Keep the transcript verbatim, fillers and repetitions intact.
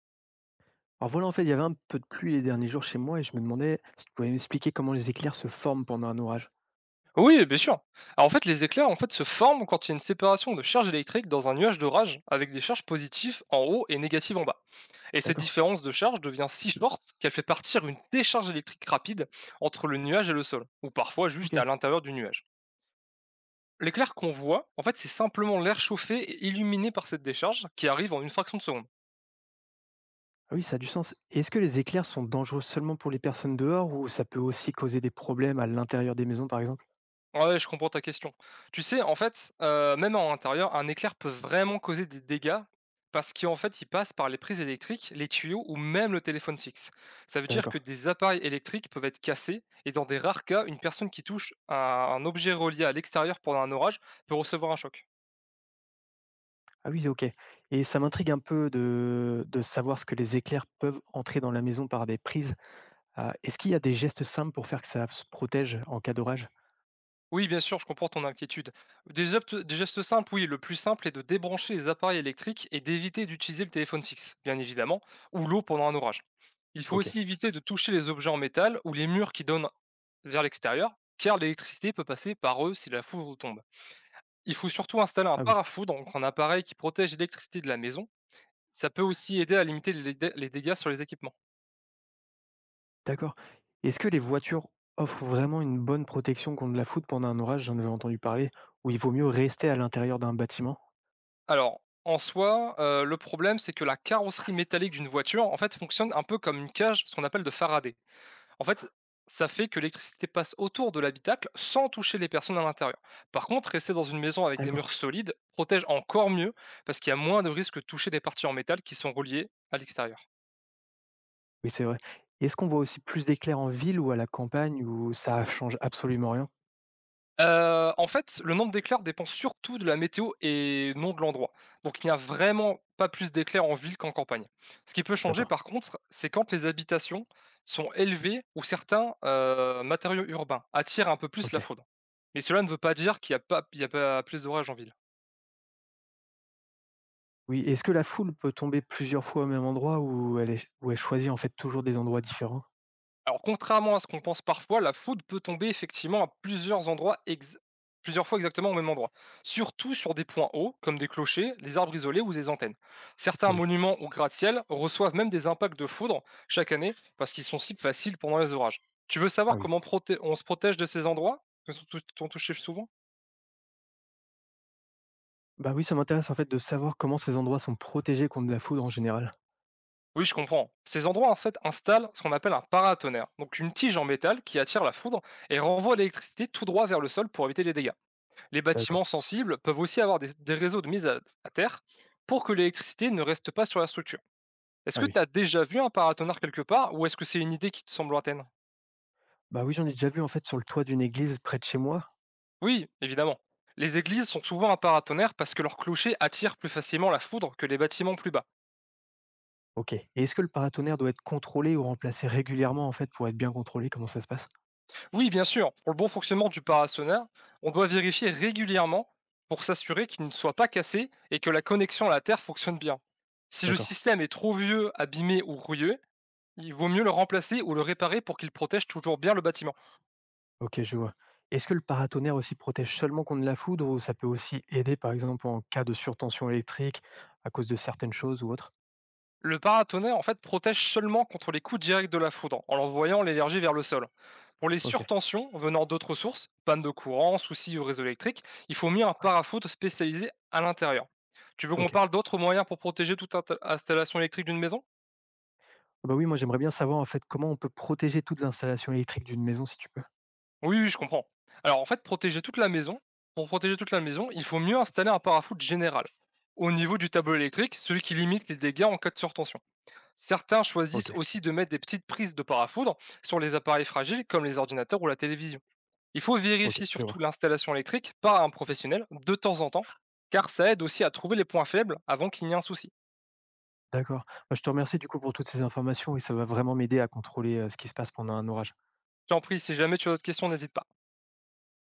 Alors voilà, en fait, il y avait un peu de pluie les derniers jours chez moi et je me demandais si tu pouvais m'expliquer comment les éclairs se forment pendant un orage. Oui, bien sûr. Alors en fait, les éclairs, en fait, se forment quand il y a une séparation de charges électriques dans un nuage d'orage, avec des charges positives en haut et négatives en bas. Et cette D'accord. différence de charge devient si forte qu'elle fait partir une décharge électrique rapide entre le nuage et le sol, ou parfois Ok. juste à Ah l'intérieur du nuage. L'éclair qu'on voit, en fait, c'est simplement l'air chauffé et illuminé par cette décharge qui arrive en une fraction de seconde. oui, ça a du sens. Et est-ce que les éclairs sont dangereux seulement pour les personnes dehors ou ça peut aussi causer des problèmes à l'intérieur des maisons, par exemple? Ah ouais, je comprends ta question. Tu sais, en fait, heu, même en intérieur, un éclair peut vraiment causer des dégâts, parce qu'en fait, il passe par les prises électriques, les tuyaux ou même le téléphone fixe. Ça veut dire que D'accord. des appareils électriques peuvent être cassés, et dans des rares cas, une personne qui touche à un objet relié à l'extérieur pendant un orage peut recevoir un choc. Ah oui, ok. Et ça m'intrigue un peu de, de savoir ce que les éclairs peuvent entrer dans la maison par des prises. Ah, est-ce qu'il y a des gestes simples pour faire que ça se protège en cas d'orage? Oui, bien sûr, je comprends ton inquiétude. Des, opt- des gestes simples, oui, le plus simple est de débrancher les appareils électriques et d'éviter d'utiliser le téléphone fixe, bien évidemment, ou l'eau pendant un orage. Il faut Ok. aussi éviter de toucher les objets en métal ou les murs qui donnent vers l'extérieur, car l'électricité peut passer par eux si la foudre tombe. Il faut surtout installer un Ah oui. parafoudre, donc un appareil qui protège l'électricité de la maison. Ça peut aussi aider à limiter les, dé- les dégâts sur les équipements. D'accord. Est-ce que les voitures offrent vraiment une bonne protection contre la foudre pendant un orage? J'en avais entendu parler, où il vaut mieux rester à l'intérieur d'un bâtiment. Alors, en soi, euh, le problème, c'est que la carrosserie métallique d'une voiture, en fait, fonctionne un peu comme une cage, ce qu'on appelle de Faraday. En fait, ça fait que l'électricité passe autour de l'habitacle sans toucher les personnes à l'intérieur. Par contre, rester dans une maison avec des D'accord, murs solides protège encore mieux, parce qu'il y a moins de risques de toucher des parties en métal qui sont reliées à l'extérieur. oui, c'est vrai. Est-ce qu'on voit aussi plus d'éclairs en ville ou à la campagne où ça change absolument rien? Euh, en fait, le nombre d'éclairs dépend surtout de la météo et non de l'endroit. Donc il n'y a vraiment pas plus d'éclairs en ville qu'en campagne. Ce qui peut changer D'accord, par contre, c'est quand les habitations sont élevées ou certains euh, matériaux urbains attirent un peu plus la ok. foudre. Mais cela ne veut pas dire qu'il n'y a, pas- il y a pas plus d'orage en ville. Oui, est-ce que la foule peut tomber plusieurs fois au même endroit ou elle est, ou elle choisit en fait toujours des endroits différents? Alors, contrairement à ce qu'on pense parfois, la foudre peut tomber effectivement à plusieurs endroits, ex- plusieurs fois exactement au même endroit. Surtout sur des points hauts, comme des clochers, les arbres isolés ou des antennes. Ah Certains oui, monuments ou gratte-ciel reçoivent même des impacts de foudre chaque année, parce qu'ils sont si faciles pendant les orages. Tu veux ah savoir oui. comment proté- on se protège de ces endroits qui sont tou- sont touchés souvent? Bah oui, ça m'intéresse en fait de savoir comment ces endroits sont protégés contre la foudre en général. Oui, je comprends. Ces endroits, en fait, installent ce qu'on appelle un paratonnerre, donc une tige en métal qui attire la foudre et renvoie l'électricité tout droit vers le sol pour éviter les dégâts. Les D'accord, bâtiments sensibles peuvent aussi avoir des, des réseaux de mise à, à terre pour que l'électricité ne reste pas sur la structure. Est-ce ah que oui. tu as déjà vu un paratonnerre quelque part, ou est-ce que c'est une idée qui te semble lointaine? Bah oui, j'en ai déjà vu en fait sur le toit d'une église près de chez moi. Oui, évidemment. Les églises sont souvent un paratonnerre parce que leur clocher attire plus facilement la foudre que les bâtiments plus bas. OK. Et est-ce que le paratonnerre doit être contrôlé ou remplacé régulièrement en fait pour être bien contrôlé? Comment ça se passe? Oui, bien sûr, pour le bon fonctionnement du paratonnerre, on doit vérifier régulièrement pour s'assurer qu'il ne soit pas cassé et que la connexion à la Terre fonctionne bien. Si le D'accord. système est trop vieux, abîmé ou rouilleux, il vaut mieux le remplacer ou le réparer pour qu'il protège toujours bien le bâtiment. OK, je vois. Est-ce que le paratonnerre aussi protège seulement contre la foudre ou ça peut aussi aider par exemple en cas de surtension électrique à cause de certaines choses ou autre? Le paratonnerre en fait protège seulement contre les coups directs de la foudre en envoyant l'énergie vers le sol. Pour les OK, surtensions venant d'autres sources, panne de courant, soucis au réseau électrique, il faut mieux un parafoudre spécialisé à l'intérieur. Tu veux qu'on OK. parle d'autres moyens pour protéger toute int- installation électrique d'une maison? Ah bah oui, moi j'aimerais bien savoir en fait comment on peut protéger toute l'installation électrique d'une maison si tu peux. Oui, oui, je comprends. Alors en fait, protéger toute la maison, pour protéger toute la maison, il faut mieux installer un parafoudre général au niveau du tableau électrique, celui qui limite les dégâts en cas de surtension. Certains choisissent OK, aussi de mettre des petites prises de parafoudre sur les appareils fragiles comme les ordinateurs ou la télévision. Il faut OK, vérifier je surtout vois. l'installation électrique par un professionnel de temps en temps, car ça aide aussi à trouver les points faibles avant qu'il n'y ait un souci. D'accord. Bah, je te remercie du coup pour toutes ces informations et ça va vraiment m'aider à contrôler euh, ce qui se passe pendant un orage. Je t'en prie, si jamais tu as d'autres questions, n'hésite pas.